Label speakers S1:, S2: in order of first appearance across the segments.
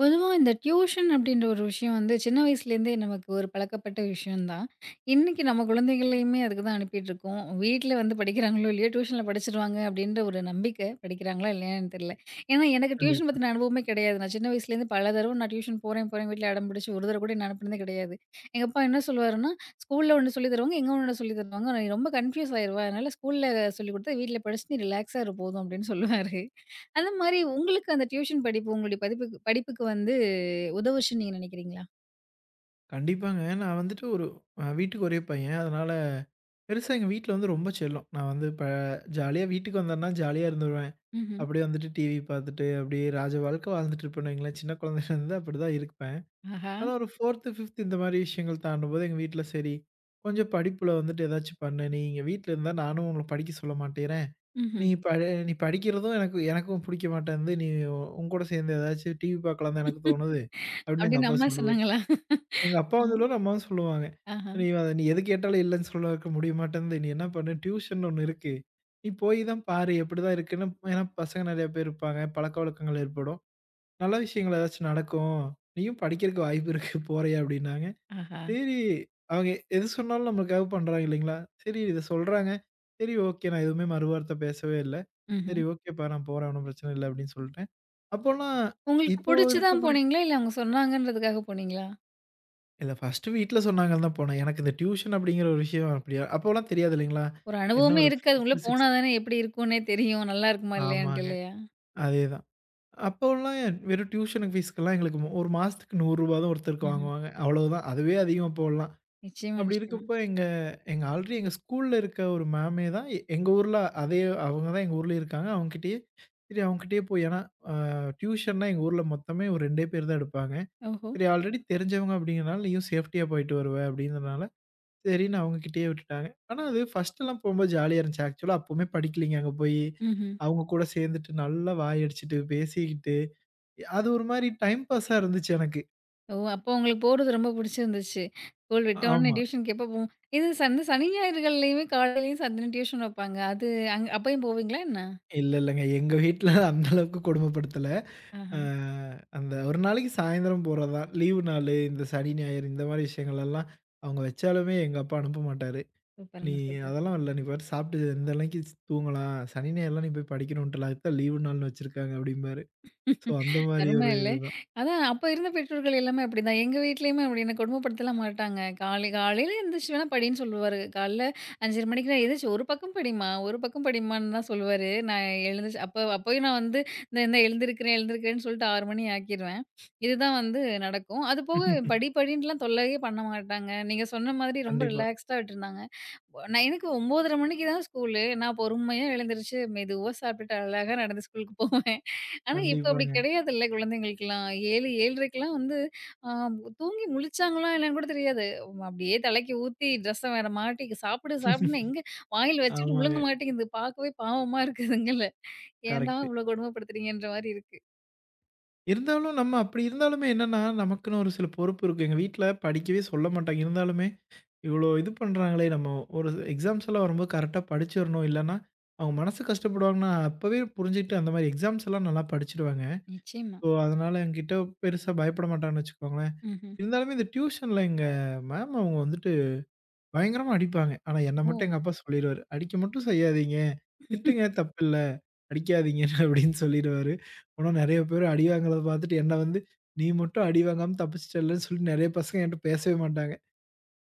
S1: பொதுவா இந்த டியூஷன் அப்படின்ற ஒரு விஷயம் வந்து சின்ன வயசுலேருந்தே நமக்கு ஒரு பழக்கப்பட்ட விஷயம்தான். இன்னைக்கு நம்ம குழந்தைகளையுமே அதுக்கு தான் அனுப்பிட்டுருக்கோம். வீட்ல வந்து படிக்கிறாங்களோ இல்லையோ, டியூஷன்ல படிச்சுருவாங்க அப்படின்ற ஒரு நம்பிக்கை. படிக்கிறாங்களா இல்லையான்னு தெரியல. ஏன்னா எனக்கு டியூஷன்
S2: கண்டிப்பா.
S1: பத்தின அனுபவமே கிடையாது. நான் சின்ன வயசுலேருந்து பல தடவ நான் டியூஷன் போறேன் வீட்ல அடம் பிடிச்சு ஒரு தடவ கூட என்ன அனுப்புனதே கிடையாது. எங்க அப்பா என்ன சொல்லுவாருன்னா, "ஸ்கூல்ல ஒண்ணு சொல்லி தருவாங்க, எங்க ஒண்ணு சொல்லி தருவாங்க. நீ ரொம்ப கன்ஃப்யூஸ் ஆயிருவ. அதனால ஸ்கூல்ல சொல்லிக் கொடுத்தா வீட்ல படிச்சு நீ ரிலாக்ஸா இரு போதும்" அப்படின்னு சொல்லுவாரு. அந்த மாரி உங்களுக்கு அந்த டியூஷன் படிப்பு உங்களுடைய படிப்புக்கு படிப்புக்கு வந்து உதவுச்சுன்னு நீங்க நினைக்கிறீங்களா?
S2: கண்டிப்பாங்க. நான் வந்துட்டு ஒரு வீட்டுக்கு ஒரே பையன். அதனால பெருசா எங்க வீட்ல வந்து ரொம்ப செல்லம். நான் வந்து இப்ப ஜாலியா வீட்டுக்கு வந்தேன்னா ஜாலியா இருந்துருவேன்.
S1: ம்ஹ்ம்.
S2: அப்படியே வந்துட்டு டிவி பார்த்துட்டு, அப்படியே ராஜ வாழ்க்கை வாழ்ந்துட்டு இருப்பேன்னு வைங்களேன். சின்ன குழந்தையில இருந்து அப்படிதான் இருப்பேன்.
S1: ஆஹா!
S2: ஆனா ஒரு 4த், 5த் இந்த மாரி விஷயங்கள் தாண்டும்போது எங்க வீட்ல சரி, கொஞ்சம் படிப்புல வந்துட்டு ஏதாச்சும் பண்ணு. நீ இங்க வீட்ல இருந்தா நானும் உங்கள படிக்க சொல்ல மாட்டேங்கிறேன்.
S1: ம்ஹ்ம்.
S2: நீ படிக்கிறதும் எனக்கும் பிடிக்க மாட்டேன்து. நீ உன் கூட சேர்ந்து ஏதாச்சும் டிவி பார்க்கலான்னு தான் எனக்கு தோணுது. அப்படின்னு எங்க
S1: அப்படின்னு
S2: அப்பா
S1: அம்மா
S2: சொல்லுவாரு.
S1: சொன்னாங்களா?
S2: எங்க அப்பா
S1: ஆ.
S2: வந்ததுலோட அம்மாவும் சொல்லுவாங்க.
S1: ஆஹா!
S2: நீ எது கேட்டாலும் இல்லன்னு சொல்றதுக்கு முடிய மாட்டேன்து. நீ என்ன பண்ணு டியூஷன் ஒண்ணு இருக்கு. நீ போய் தான் பாரு எப்படிதான் இருக்குன்னு." ஏன்னா பசங்க நெறைய பேர் இருப்பாங்க. பழக்கவழக்கங்கள் ஏற்படும். நல்ல விஷயங்கள் ஏதாச்சும் நடக்கும். நீயும் படிக்கிறக்கு வாய்ப்பு இருக்கு போறியா?" அப்படின்னாங்க.
S1: ஆஹா!
S2: சரி அவங்க எது சொன்னாலும் நம்மளுக்காக பண்றாங்க இல்லைங்களா? சரி இத சொல்றாங்க. சரி ஓகே நான் எதுவுமே மறுவார்த்தை பேசவே இல்ல.
S1: ம்ஹ்ம்.
S2: சரி ஓகேப்பா நான் போறேன் ஒண்ணும் பிரச்சனை இல்ல அப்படின்னு சொல்லிட்டேன். அப்போலாம்
S1: உங்களுக்கு
S2: இப்போ
S1: புடிச்சு
S2: இருக்க
S1: தான்
S2: மாரி
S1: போனீங்களா? இல்ல அவங்க சொன்னாங்கன்றதுக்காக போனீங்களா?
S2: இல்ல ஃபர்ஸ்ட்டு வீட்ல சொன்னாங்கன்னு தான் போனேன். எனக்கு இந்த டியூஷன் அப்படிங்கிற ஒரு விஷயம் அப்படியா அப்போலாம் தெரியாது இல்லைங்களா?
S1: ஒரு
S2: என்ன
S1: அனுபவமே
S2: ஒரு
S1: இருக்காது.
S2: 5த்,
S1: உள்ள போனா
S2: 6த்
S1: தானே எப்படி இருக்கும்னே தெரியும். நல்லா இருக்குமா? இல்லையான்ட்டு
S2: ஆமாங்க.
S1: இல்லையா?
S2: அதேதான். அப்போலாம் வெறும் டியூஷனுக்கு ஃபீஸ்க்கெல்லாம் எங்களுக்கு ஒரு மாசத்துக்கு ரூ. 100 தான் ஒருத்தருக்கு
S1: ம்ஹ்ம்.
S2: வாங்குவாங்க. அவ்வளவுதான். அதுவே அதிகம் அப்போலாம்.
S1: நிச்சயமா,
S2: அப்படி
S1: நிச்சயமா.
S2: இருக்கப்போ எங்க எங்க ஆல்ரெடி எங்க ஸ்கூல்ல இருக்க ஒரு மேமே தான் எங்க ஊர்ல அதே அவங்க தான் எங்க ஊர்லயே இருக்காங்க. அவங்ககிட்டயே சரி அவங்ககிட்டயே போய் ஏன்னா அ டியூஷன்னா எங்க ஊர்ல மொத்தமே ஒரு 2டே பேர் தான் எடுப்பாங்க.
S1: ஓஹோ!
S2: சரி ஆல்ரெடி தெரிஞ்சவங்க அப்படிங்கிறனால நீயும் சேஃப்டியா போயிட்டு வருவ அப்படிங்கிறனால சரின்னு அவங்ககிட்டயே விட்டுட்டாங்க. ஆனா அது ஃபர்ஸ்ட்டெல்லாம் போம்போது ஜாலியா இருந்துச்சு. ஆக்சுவலா அப்பவுமே படிக்கலைங்க அங்க போயி.
S1: ம்ஹ்ம்.
S2: அவங்க கூட சேர்ந்துட்டு நல்லா வாய் அடிச்சுட்டு, பேசிக்கிட்டு அது ஒரு மாரி டைம் பாஸா இருந்துச்சு எனக்கு.
S1: ஓ! அப்போ உங்களுக்கு போறது ரொம்ப புடிச்சிருந்துச்சு. ஸ்கூல் விட்ட உடனே
S2: ஆமா.
S1: டியூஷனுக்கு எப்போ போவோம்? இது சனி சனி ஞாயிறுகள்லயுமே காலையிலயும் சாயந்தரம் டியூஷன் வைப்பாங்க. அது அப்பயும் போவீங்களா என்ன?
S2: இல்ல இல்லங்க. எங்க வீட்ல அந்த அளவுக்கு கொடுமைப்படுத்தல. அ
S1: ஆஹா!
S2: அந்த ஒரு நாளைக்கு சாயந்தரம் போறது தான். லீவு நாளு, இந்த சனி, ஞாயிறு இந்த மாரி விஷயங்களெல்லாம் அவங்க வச்சாலுமே எங்க அப்பா அனுப்ப மாட்டாரு. "நீ
S1: சூப்பருங்க, சூப்பர்.
S2: அதெல்லாம் இல்ல. நீ பாட்டு சாப்பிட்டு இந்த அன்னைக்கு தூங்கலாம். சனி, ஞாயிறுலாம் நீ போய் படிக்கணுன்ட்டுலாம். அதுக்கு தான் லீவு நாள்னு வச்சிருக்காங்க" அப்படிம்பாரு. ஸோ அந்த மாரி
S1: அருமை
S2: ஒரு
S1: இல்ல. அதான் அப்ப இருந்த பெற்றோர்கள் எல்லாமே அப்படிதான். எங்க வீட்லயுமே அப்படி என்ன கொடுமைப்படுத்தலாம் மாட்டாங்க. காலை காலையில எந்திரிச்சு வேணா படின்னு சொல்லுவாரு. காலைல 5:30 மணிக்கு நான் எந்திரிச்சு "ஒரு பக்கம் படிம்மா, ஒரு பக்கம் படிம்மான்னு" தான் சொல்லுவாரு. நான் எழுந்துச்சு அப்ப அப்பயும் நான் வந்து இந்த இந்த எழுந்திருக்கிறேன்னு சொல்லிட்டு 6 மணி ஆக்கிருவேன். இதுதான் வந்து நடக்கும். அதுபோக படி படின்னுலாம் தொல்லயே பண்ண மாட்டாங்க. நீங்க சொன்ன மாதிரி ரொம்ப
S2: கண்டிப்பா,
S1: ரிலாக்ஸ்டா விட்டுருந்தாங்க. நான் எனக்கு 9:30 மணிக்கு தான் ஸ்கூலு. நான் பொறுமையா எழுந்திருச்சு, மெதுவா சாப்பிட்டுட்டு அழகா நடந்து ஸ்கூலுக்கு போவேன். ஆனா, இப்ப அப்படி
S2: கண்டிப்பாங்க.
S1: கிடையாதுல்ல குழந்தைங்களுக்கெல்லாம். 7, 7:30க்கெல்லாம் வந்து அ தூங்கி முழிச்சாங்களா என்னன்னு கூட தெரியாது. அப்படியே தலைக்கு ஊத்தி ட்ரெஸ்ஸ வேற மாட்டி, சாப்பிடு சாப்பிடுன்னு எங்க வாயில வச்சுட்டு
S2: ஆமாங்க.
S1: முழுங்க மாட்டேங்குது. பார்க்கவே பாவமா இருக்குதுங்கல்ல. ஏன்டா
S2: கரெக்ட்.
S1: இவ்ளோ கொடுமைப்படுத்துறீங்கன்ற மாரி இருக்கு.
S2: இருந்தாலும் நம்ம அப்படி இருந்தாலுமே என்னன்னா, நமக்குன்னு ஒரு சில பொறுப்பு இருக்கு. எங்க வீட்ல படிக்கவே சொல்ல மாட்டாங்க. இருந்தாலுமே, இவ்வளோ இது பண்றாங்களே நம்ம ஒரு எக்ஸாம்ஸ் எல்லாம் வரும்போது கரெக்ட்டா படிச்சிரணும். இல்லன்னா, அவங்க மனசு கஷ்டப்படுவாங்கன்னா, அப்பவே புரிஞ்சுகிட்டு அந்த மாரி எக்ஸாம்ஸ் எல்லாம் நல்லா படிச்சுடுவேங்க.
S1: நிச்சயமா.
S2: ஸோ, அதனால என்கிட்ட பெருசா பயப்பட மாட்டாங்கன்னு வச்சுக்கோங்களேன்.
S1: ம்ஹ்ம்.
S2: இருந்தாலுமே இந்த டியூஷன்ல எங்க மேம் அவங்க வந்துட்டு பயங்கரமா அடிப்பாங்க. ஆனா, என்ன
S1: ஓ!
S2: மட்டும் எங்க அப்பா சொல்லிருவாரு. "அடிக்க மட்டும் செய்யாதீங்க. திட்டுங்க தப்பில்ல." அடிக்காதீங்க அப்படின்னு சொல்லிடுவாரு. ஆனா நெறைய பேர் அடி வாங்குறத பாத்துட்டு என்ன வந்து, "நீ மட்டும் அடி வாங்காம தப்பிச்சுட்டல்லன்னு" சொல்லிட்டு நெறைய பசங்க என்ட்ட பேசவே மாட்டாங்க.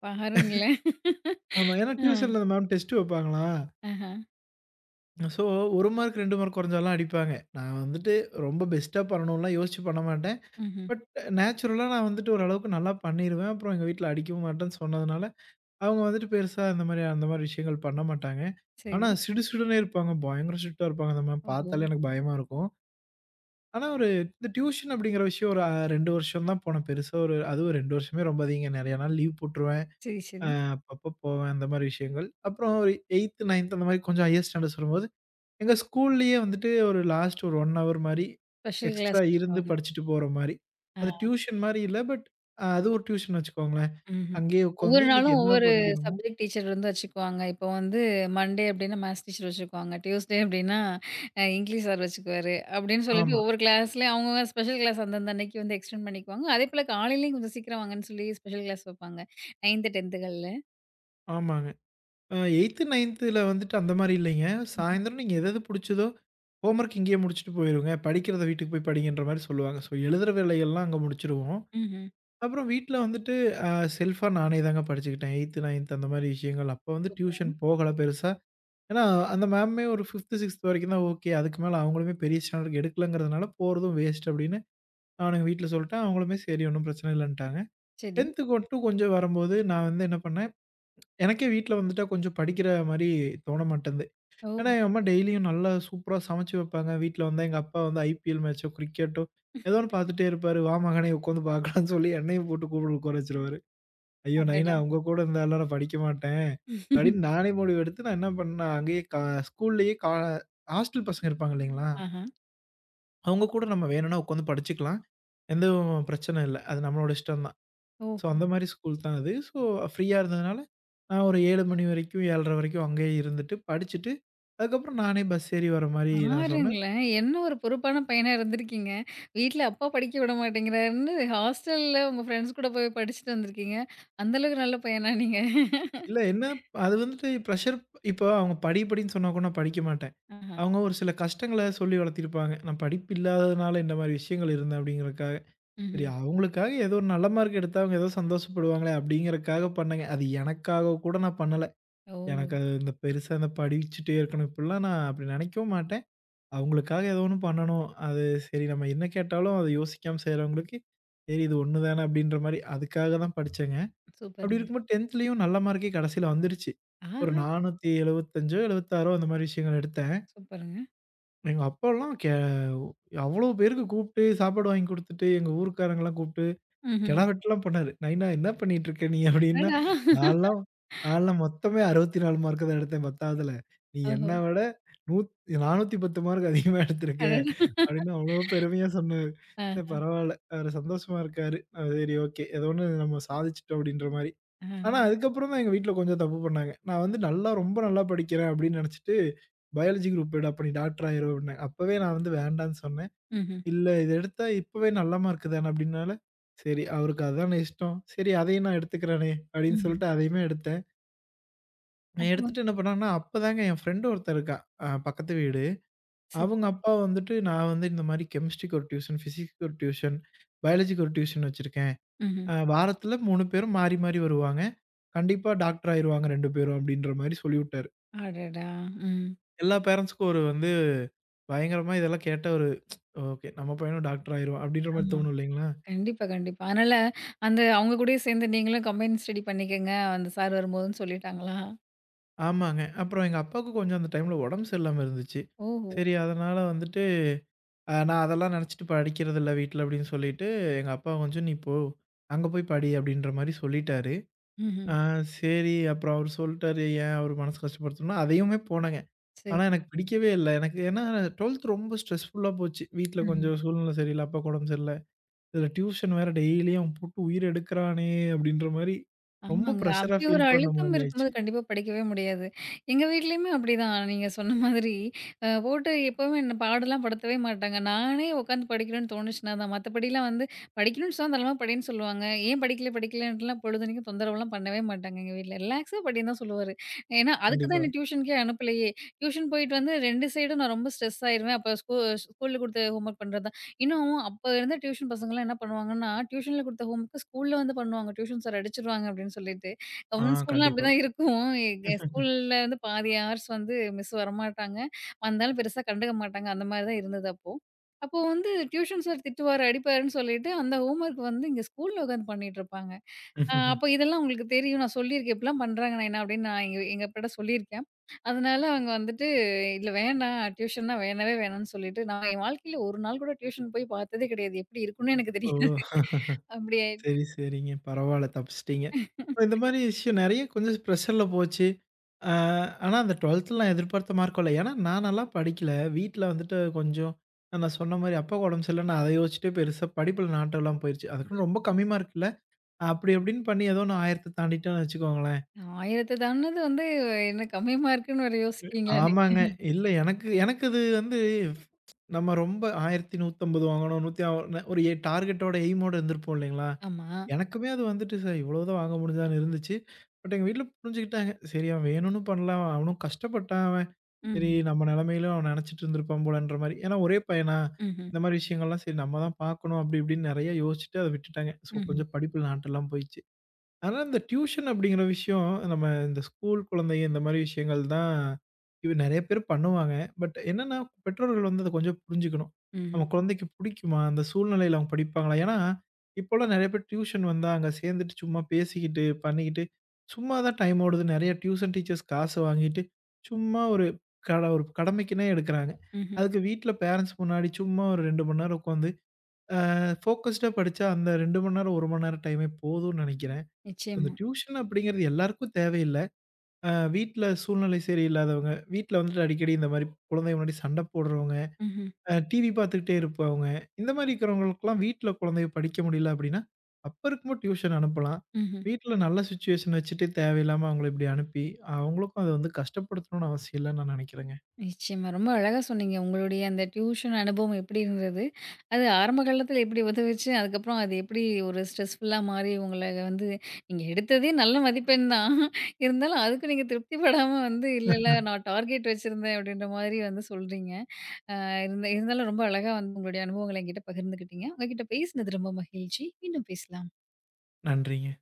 S1: பாருங்களேன்.
S2: ஆமா. ஏன்னா
S1: அ,
S2: டியூஷன்ல அந்த மேம் டெஸ்ட் வைப்பாங்களா.
S1: ஆஹா.
S2: ஸோ 1 மார்க் 2 மார்க் கொறஞ்சாலாம் அடிப்பாங்க. நான் வந்துட்டு ரொம்ப பெஸ்ட்டா பண்ணணும்லாம் யோசிச்சு பண்ண மாட்டேன்.
S1: ம்ஹ்ம்.
S2: பட் நேச்சுரலா நான் வந்துட்டு ஓரளவுக்கு நல்லா பண்ணிருவேன். அப்புறம் எங்க வீட்ல அடிக்கவும் மாட்டேன்னு சொன்னதுனால, அவங்க வந்துட்டு பெருசா இந்த மாரி அந்த மாரி விஷயங்கள் பண்ண மாட்டாங்க.
S1: சரி.
S2: ஆனா, சிடுசிடுன்னே இருப்பாங்க. பயங்கர ஸ்ட்ரிக்ட்டா இருப்பாங்க அந்த மேம்.
S1: ஓஹோ!
S2: பாத்தாலே எனக்கு பயமா இருக்கும். ஆனா ஒரு இந்த டியூஷன் அப்படிங்கிற விஷயம் ஒரு 2 வருஷம் தான் போனேன். பெருசா ஒரு அதுவும் 2 வருஷமே ரொம்ப அதிகங்க. நெறைய நாள் லீவ் போட்டுருவேன்.
S1: சரி, சரி.
S2: அ அப்பப்போ போவேன் அந்த மாரி விஷயங்கள். அப்புறம் ஒரு 8த், 9த் அந்த மாரி கொஞ்சம் ஹையர் ஸ்டாண்டர்ட்ஸ் வரும்போது, எங்க ஸ்கூல்லயே வந்துட்டு ஒரு லாஸ்ட் ஒரு 1 ஹவர் மாரி
S1: ஸ்பெஷல் கிளாஸ்
S2: எக்ஸ்ட்ரா இருந்து
S1: வச்சுருவாங்க.
S2: படிச்சுட்டு போற மாரி. அது டியூஷன் மாரி இல்ல. பட் அது ஒரு டியூஷன் வச்சுக்கோங்களேன்.
S1: ம்ஹ்ம்.
S2: அங்கேயே உட்காந்து
S1: ஒவ்வொரு
S2: இன்னைக்கு
S1: நாளும்
S2: என்ன
S1: ஒவ்வொரு
S2: படிக்கணுமோ
S1: சப்ஜெக்ட் டீச்சர் வந்து வச்சுக்குவாங்க. இப்போ வந்து மண்டே அப்டின்னா மேத்ஸ் டீச்சர் வச்சுக்குவாங்க. டியூஸ்டே அப்டின்னா இங்கிலீஷ் சார் வச்சுக்குவாரு. அப்டின்னு சொல்லிட்டு
S2: ஆமா,
S1: ஒவ்வொரு கிளாஸ்லயும் அவங்கவங்க ஸ்பெஷல் கிளாஸ் அந்தந்த அன்னைக்கு வந்து எக்ஸ்டெண்ட் பண்ணிக்குவாங்க. அதேபோல காலையிலயும் கொஞ்சம் சீக்கிரம் வாங்கன்னு சொல்லி ஸ்பெஷல் கிளாஸ் வைப்பாங்க. 9த், 10த்கள்ல.
S2: ஆமாங்க. 8த், 9த்ல வந்துட்டு அந்த மாரி இல்லைங்க.
S1: ம்ஹ்ம்.
S2: சாயந்தரம் நீங்க எது எது புடிச்சதோ, ஹோம்வொர்க் இங்கேயே முடிச்சுட்டு போயிருங்க. படிக்கிறத வீட்டுக்கு போய் படிங்கன்ற மாரி சொல்லுவாங்க. ஸோ எழுதுற வேலைகள்லாம் அங்க முடிச்சுருவோம்.
S1: ம்ஹ்ம்.
S2: அப்புறம் வீட்ல வந்துட்டு அ செல்ஃபா நானே தாங்க படிச்சுக்கிட்டேன். 8த், 9த் அந்த மாரி விஷயங்கள். அப்போ வந்து
S1: சூப்பர்.
S2: டியூஷன் போகல பெருசா. ஏன்னா அந்த மேம்மே ஒரு 5த், 6த் வரைக்கும் தான் ஓகே. அதுக்கு மேல அவங்களுமே பெரிய ஸ்டாண்டர்ட்க்கு எடுக்கலங்கிறதுனால போறதும் வேஸ்ட் அப்படின்னு நான் எங்க வீட்ல சொல்லிட்டேன். அவங்களுமே சரி ஒண்ணும் பிரச்சனை இல்லன்ட்டாங்க.
S1: சரி.
S2: 10த்துக்கு மட்டும் கொஞ்சம் வரும்போது நான் வந்து என்ன பண்ணேன், எனக்கே வீட்ல வந்துட்டா கொஞ்சம் படிக்கிற மாரி தோண மாட்டேன்து.
S1: ஓ!
S2: ஏன்னா, என் அம்மா டெய்லியும் நல்லா சூப்பரா சமைச்சு வைப்பாங்க. வீட்ல வந்தா எங்க அப்பா வந்து ஐபிஎல் மேட்ச்சோ, கிரிக்கெட்டோ ஏதோ ஒண்ணு பார்த்துட்டே இருப்பாரு. "வா மகனே உட்காந்து பார்க்கலாம்ன்னு" சொல்லி என்னையும் போட்டு கூடல உட்கார வச்சுருவாரு. "ஐயோ! நைனா
S1: அடடா!
S2: உங்க கூட இருந்தாலாம் நான் படிக்க மாட்டேன்." அப்படின்னு நானே முடிவெடுத்து நான் என்ன பண்ணேன், அங்கேயே கா ஸ்கூல்லயே கா ஹாஸ்டல் பசங்க இருப்பாங்க இல்லைங்களா?
S1: ஆஹா.
S2: அவங்க கூட நம்ம வேணும்னா உட்காந்து படிச்சுக்கலாம். எந்த பிரச்சனை இல்ல. அது நம்மளோட இஷ்டம் தான்.
S1: ஓ!
S2: ஸோ அந்த மாரி ஸ்கூல் தான் அது. ஸோ ஃப்ரீயா இருந்ததுனால, நான் ஒரு 7 மணி வரைக்கும், 7:30 வரைக்கும் அங்கேயே இருந்துட்டு, படிச்சுட்டு, அதுக்கப்புறம் நானே பஸ் ஏறி வர மாரி நான் சொன்னேன்.
S1: பாருங்களேன்! என்ன ஒரு பொறுப்பான பையனா இருந்திருக்கீங்க. வீட்ல அப்பா படிக்க விட மாட்டேங்கிறாருன்னு, ஹாஸ்டல்ல உங்க ஃப்ரெண்ட்ஸ் கூட போய் படிச்சுட்டு வந்திருக்கீங்க. அந்த அளவுக்கு நல்ல பையனா நீங்க?
S2: இல்ல என்ன அது வந்துட்டு ப்ரஷர் இப்போ அவங்க படி படின்னு சொன்னா கூட நான் படிக்க மாட்டேன்.
S1: ஆஹா.
S2: அவங்க ஒரு சில கஷ்டங்கள சொல்லி வளர்த்திருப்பாங்க. நான் படிப்பு இல்லாததுனால இந்த மாரி விஷயங்கள் இருந்தேன் அப்படிங்கிறதுக்காக. சரி
S1: ம்ஹ்ம்.
S2: அவங்களுக்காக ஏதோ ஒரு நல்ல மார்க் எடுத்தா அவங்க ஏதோ சந்தோஷப்படுவாங்களே அப்படிங்கிறதுக்காக பண்ணேங்க. அது எனக்காக கூட நான் பண்ணல.
S1: ஓ!
S2: எனக்கு அது இந்த பெருசா இந்த படிச்சுட்டே இருக்கணும் இப்படிலாம் நான் அப்படி நினைக்கவும் மாட்டேன். அவங்களுக்காக ஏதோ ஒண்ணு பண்ணணும். அது சரி நம்ம என்ன கேட்டாலும் அத யோசிக்காம செய்றவங்களுக்கு, சரி இது ஒண்ணு தானே அப்படின்ற மாரி அதுக்காக தான் படிச்சேங்க. அப்படி
S1: சூப்பருங்க.
S2: இருக்கும்போது 10த்லயும் நல்ல மார்க்கே கடைசில வந்துருச்சு.
S1: ஆஹா!
S2: ஒரு 475ஓ, 76ஓ அந்த மாரி விஷயங்கள் எடுத்தேன்.
S1: சூப்பருங்க.
S2: எங்க அப்பாலாம் அவ்வளோ பேருக்கு கூப்பிட்டு சாப்பாடு வாங்கி குடுத்துட்டு, எங்க ஊர்க்காரங்கலாம் கூப்ட்டு
S1: ம்ஹ்ம்.
S2: கெடா வெட்டலாம் பண்ணாரு. "நைனா என்ன பண்ணிட்டு இருக்க நீ?" அப்படின்னா,
S1: அடடா!
S2: "நான்லாம் நான்லாம் மொத்தமே 64 மார்க் தான் எடுத்தேன் 10வதுல. நீ
S1: ஓஹோ!
S2: என்ன விட நூத் 410 மார்க் அதிகமா எடுத்திருக்க."
S1: அடடா!
S2: அப்படின்னு அவ்வளோ பெருமையா சொன்னாரு. சரி
S1: ஆஹ,
S2: பரவால்ல. அவரு சந்தோஷமா இருக்காரு. சரி ஓகே. ஏதோ ஒண்ணு நம்ம சாதிச்சுட்டோம் அப்படின்ற மாரி. ஆனா
S1: ஆஹ.
S2: அதுக்கப்புறம் தான் எங்க வீட்ல கொஞ்சம் தப்பு பண்ணாங்க. நான் வந்து நல்லா ரொம்ப நல்லா படிக்கிறேன் அப்படின்னு நெனச்சுட்டு, பயாலஜி குரூப் எடுடா! அப்ப நீ டாக்டர் ஆயிரு அப்படின்னாங்க. அப்பவே நான் வந்து வேண்டான்னு சொன்னேன்.
S1: ம்ஹ்ம்,
S2: இல்ல இத எடுத்தா இப்பவே நல்ல மார்க்கு தான அப்டின்னால, சரி அவருக்கு அதானே இஷ்டம். சரி அதையும் நான் எடுத்துக்கிறேனே அப்டின்னு
S1: ம்ஹ்ம்.
S2: சொல்லிட்டு அதையுமே எடுத்தேன். நான்
S1: அப்போ
S2: எடுத்துட்டு என்ன பண்ணேன்னா, அப்பதாங்க என் ஃப்ரெண்ட் ஒருத்தன் இருக்கான். பக்கத்து வீடு.
S1: சரி.
S2: அவங்க அப்பா வந்துட்டு நான் வந்து இந்த மாரி கெமிஸ்ட்ரிக்கு ஒரு டியூஷன், பிசிக்ஸ்க்கு ஒரு டியூஷன், பயாலஜிக்கு ஒரு டியூஷன் வச்சிருக்கேன்.
S1: ம்ஹ்ம்.
S2: வாரத்துல 3 பேரும் மாறி மாறி வருவாங்க. கண்டிப்பா டாக்டர் ஆயிருவாங்க 2 பேரும் அப்டின்ற மாரி சொல்லிவுட்டாரு.
S1: அடடா! ம்.
S2: எல்லா பேரண்ட்ஸ்க்கும் ஒரு வந்து பயங்கரமா இதெல்லாம் கேட்ட ஒரு ஓகே நம்ம பையனும் டாக்டர் ஆயிருவான் அப்டின்ற மாரி
S1: ஆமா.
S2: தோணும் இல்லைங்களா?
S1: கண்டிப்பா, கண்டிப்பா. அதனால அந்த அவங்க கூடயே சேர்ந்து நீங்களும் கம்பைன் ஸ்டடி பண்ணிக்கங்க, அந்த சார் வரும்போதுன்னு சொல்லிட்டாங்களா?
S2: ஆமாங்க. அப்புறம் எங்க அப்பாவுக்கு கொஞ்சம் அந்த டைம்ல உடம்பு சரியில்லாம இருந்துச்சு.
S1: ஓஹோ!
S2: சரி அதனால வந்துட்டு, நான் அதெல்லாம் நினச்சுட்டு படிக்கிறதில்ல வீட்ல அப்படின்னு சொல்லிட்டு, எங்க அப்பா கொஞ்சம் "நீ போ, அங்க போய் படி" அப்படின்ற மாரி சொல்லிட்டாரு.
S1: ம்ஹ்ம்.
S2: ஆ சரி அப்புறம் அவரு சொல்ட்டாரு, ஏன் அவரு மனசு கஷ்டப்படுத்தணும்னு அதையுமே போனேங்க.
S1: சரி.
S2: ஆனா எனக்கு பிடிக்கவே இல்ல. எனக்கு ஏன்னா 12த் ரொம்ப ஸ்ட்ரெஸ்ஃபுல்லா போச்சு. வீட்ல
S1: ம்ஹ்ம்.
S2: கொஞ்சம் சூழ்நிலை சரியில்ல, அப்பாவுக்கு உடம்பு சரியில்ல. இதில டியூஷன் வேற டெய்லியும் அவன் போட்டு உயிர் எடுக்கிறானே! அப்படின்ற மாரி ரொம்ப
S1: ஆமாங்க.
S2: ப்ரெஷரா
S1: அப்படி ஒரு
S2: ஃபீல் பண்ண
S1: அழுத்தம்
S2: மாரி
S1: இருக்கும்போது
S2: ஆயிடுச்சு.
S1: கண்டிப்பா படிக்கவே முடியாது. எங்க வீட்லயுமே அப்படிதான். நீங்க சொன்ன மாதிரி போட்டு எப்பவுமே என்ன பாடெல்லாம் படுத்தவே மாட்டாங்க. நானே உட்காந்து படிக்கணும்னு தோணுச்சுனா தான். மத்தபடிலாம் வந்து படிக்கணும்னு சொன்னா தளமா படின்னு சொல்லுவாங்க. ஏன் படிக்கல படிக்கலன்ட்டுலாம் பொழுதனைக்கும் தொந்தரவுலாம் பண்ணவே மாட்டாங்க எங்க வீட்ல. ரிலாக்ஸா படின்னு தான் சொல்லுவாரு. ஏன்னா அதுக்கு தான்
S2: கண்டிப்பா.
S1: என்ன டியூஷனுக்கே அனுப்பலையே. டியூஷன் போயிட்டு வந்து 2 சைடும் நான் ரொம்ப ஸ்ட்ரெஸ் ஆயிருவேன். அப்ப ஸ்கூல்ல குடுத்த ஹோம்வொர்க் பண்றது இன்னும் அப்ப இருந்த டியூஷன் பசங்கலாம் என்ன பண்ணுவாங்கன்னா, டியூஷன்ல குடுத்த ஹோம் ஒர்க் ஸ்கூல்ல வந்து பண்ணுவாங்க. டியூஷன் சார் அடிச்சுருவாங்க அப்டின்னு சொல்லிட்டு.
S2: ஆ
S1: கவர்மெண்ட் ஸ்கூல்னா
S2: கண்டிப்பா.
S1: அப்டிதான் இருக்கும். எங்க ஸ்கூல்ல வந்து பாதி ஹார்ஸ் வந்து மிஸ் வரமாட்டாங்க. வந்தாலும் பெருசா கண்டுக்க மாட்டாங்க. அந்த மாரி தான் இருந்தது அப்போ. அப்போ வந்து டியூஷன் சார் திட்டுவாரு, அடிப்பாருன்னு சொல்லிட்டு அந்த ஹோம் ஒர்க் வந்து இங்க ஸ்கூல்ல உட்காந்து பண்ணிட்டு இருப்பாங்க. அப்ப இதெல்லாம் உங்களுக்கு தெரியும். நான் சொல்லியிருக்கேன். இப்டிலாம் பண்றாங்க நைனா அப்டின்னு நான் எங்க எங்க அப்பாட்ட சொல்லியிருக்கேன். அதனால அவங்க வந்துட்டு, "இல்ல வேணாம். டியூஷன்னா வேணவே வேணாம்னு" சொல்லிட்டு, நான் என் வாழ்க்கையில ஒரு நாள் கூட டியூஷன் போய் பார்த்ததே கிடையாது. எப்படி இருக்கும்னு எனக்கு
S2: ஓ!
S1: தெரியாது. அப்படி
S2: சரி, சரிங்க. பரவால்ல தப்பிச்சிட்டீங்க. இந்த மாரி விஷயம் நெறைய கொஞ்சம் ப்ரெஷர்ல போச்சு. ஆ ஆனா அந்த 12த்ல நான் எதிர்பார்த்த மார்க் வரல. ஏன்னா, நான் நல்லா படிக்கல. வீட்ல வந்துட்டு கொஞ்சம் நான் சொன்ன மாரி அப்பாவுக்கு உடம்பு சரியில்லன்னு அத யோசிச்சுட்டே பெருசா படிப்புல நாட்டம்லாம் போயிருச்சு. அதுக்குன்னு ரொம்ப கம்மி மார்க் இல்ல. அப்படி இப்படின்னு பண்ணி ஏதோ நான் 1000த்த தாண்டிட்டேன்னு வச்சுக்கோங்களேன்.
S1: 1000த்த தாண்டுனது வந்து என்ன கம்மி மார்க்குன்னு வேற யோசிக்கிறீங்களா
S2: ஆமாங்க.
S1: நீங்க?
S2: இல்ல எனக்கு எனக்கு அது வந்து நம்ம ரொம்ப 1150 வாங்கணும். 100 ஒரு டார்கெட்டோட எய்மோட இருந்திருப்போம் இல்லைங்களா?
S1: ஆமா.
S2: எனக்குமே அது வந்துட்டு சார் இவ்வளவுதான் வாங்க முடிஞ்சான்னு இருந்துச்சு. பட் எங்க வீட்ல புரிஞ்சுக்கிட்டாங்க. சரி அவன் வேணும்னு பண்ணலாம். அவனும் கஷ்டப்பட்டான் அவன். சரி
S1: ம்ஹ்ம்.
S2: நம்ம நிலைமையிலும் அவன் நினைச்சிட்டு இருந்திருப்பான் போலன்ற மாரி. ஏன்னா ஒரே பையனா,
S1: ம்ஹ்ம்.
S2: இந்த மாரி விஷயங்கள்லாம் சரி நம்ம தான் பார்க்கணும் அப்படி இப்படின்னு நெறைய யோசிச்சுட்டு அத விட்டுட்டாங்க. ஸோ
S1: ம்ஹ்ம்.
S2: கொஞ்சம் படிப்புல நாட்டெல்லாம் போயிடுச்சு. ஆனா, இந்த டியூஷன் அப்படிங்கிற விஷயம், நம்ம இந்த ஸ்கூல் குழந்தைங்க இந்த மாரி விஷயங்கள் தான் இது நெறைய பேர் பண்ணுவாங்க. பட் என்னன்னா, பெற்றோர்கள் வந்து அத கொஞ்சம் புரிஞ்சுக்கணும்.
S1: ம்ஹ்ம்.
S2: நம்ம
S1: ம்ஹ்ம்.
S2: குழந்தைக்கு பிடிக்குமா? அந்த சூழ்நிலையில அவங்க படிப்பாங்களா? ஏன்னா, இப்போலாம் நெறைய பேர் டியூஷன் வந்தா, அங்க சேர்ந்துட்டு சும்மா பேசிக்கிட்டு, பண்ணிக்கிட்டு, சும்மா தான் டைம் ஓடுது. நெறைய டியூஷன் டீச்சர்ஸ் காசு வாங்கிட்டு, சும்மா ஒரு ஒரு கடமைக்குன்னே எடுக்குறாங்க.
S1: ம்ஹ்ம்.
S2: அதுக்கு வீட்ல பேரண்ட்ஸ் முன்னாடி சும்மா ஒரு 2 மணி நேரம் உட்காந்து, ஃபோக்கஸ்டா படிச்சா, அந்த 2 மணி நேரம், 1 மணி நேரம் டைமே போதும்னு நெனைக்கிறேன். இந்த
S1: நிச்சயமா.
S2: டியூஷன் அப்படிங்கிறது எல்லாருக்கும் தேவையில்ல. வீட்ல சூழ்நிலை சரியில்லாதவங்க, வீட்ல வந்துட்டு அடிக்கடி இந்த மாரி குழந்தைங்க முன்னாடி சண்ட போடுறவங்க,
S1: ம்ஹ்ம்.
S2: டிவி பார்த்துக்கிட்டே இருப்பவங்க, இந்த மாரி இருக்கிறவங்களுக்கெல்லாம் வீட்ல குழந்தைக படிக்க முடியல அப்படின்னா, அப்ப இருக்கும்போது டியூஷன் அனுப்பலாம்.
S1: ம்ஹ்ம்.
S2: வீட்ல நல்ல சிச்சுவேஷன் வச்சுட்டு தேவையில்லாம அவங்கள இப்படி அனுப்பி, அவங்களுக்கும் அத வந்து கஷ்டப்படுத்தணும்னு அவசியம் இல்லன்னு நான் நினைக்கிறேங்க.
S1: நிச்சயமா. ரொம்ப அழகா சொன்னீங்க. உங்களுடைய அந்த டியூஷன் அனுபவம் எப்படி இருந்தது? அது ஆரம்ப காலத்தில எப்படி உதவுச்சு? அதுக்கப்புறம் அது எப்படி ஒரு ஸ்ட்ரெஸ்ஃபுல்லா மாறி உங்கள வந்து நீங்க எடுத்ததே நல்ல மதிப்பெண் தான். இருந்தாலும் அதுக்கு நீங்க திருப்திப்படாம வந்து, "இல்ல, இல்ல நான் டார்கெட் வச்சிருந்தேன்." அப்படின்ற மாரி வந்து சொல்றீங்க. இருந்த இருந்தாலும் ரொம்ப அழகா வந்து உங்களுடைய அனுபவங்கள என்கிட்ட பகிர்ந்துக்கிட்டீங்க. உங்ககிட்ட பேசினது ரொம்ப மகிழ்ச்சி. மீண்டும் பேசலாம்.
S2: நன்றிங்க.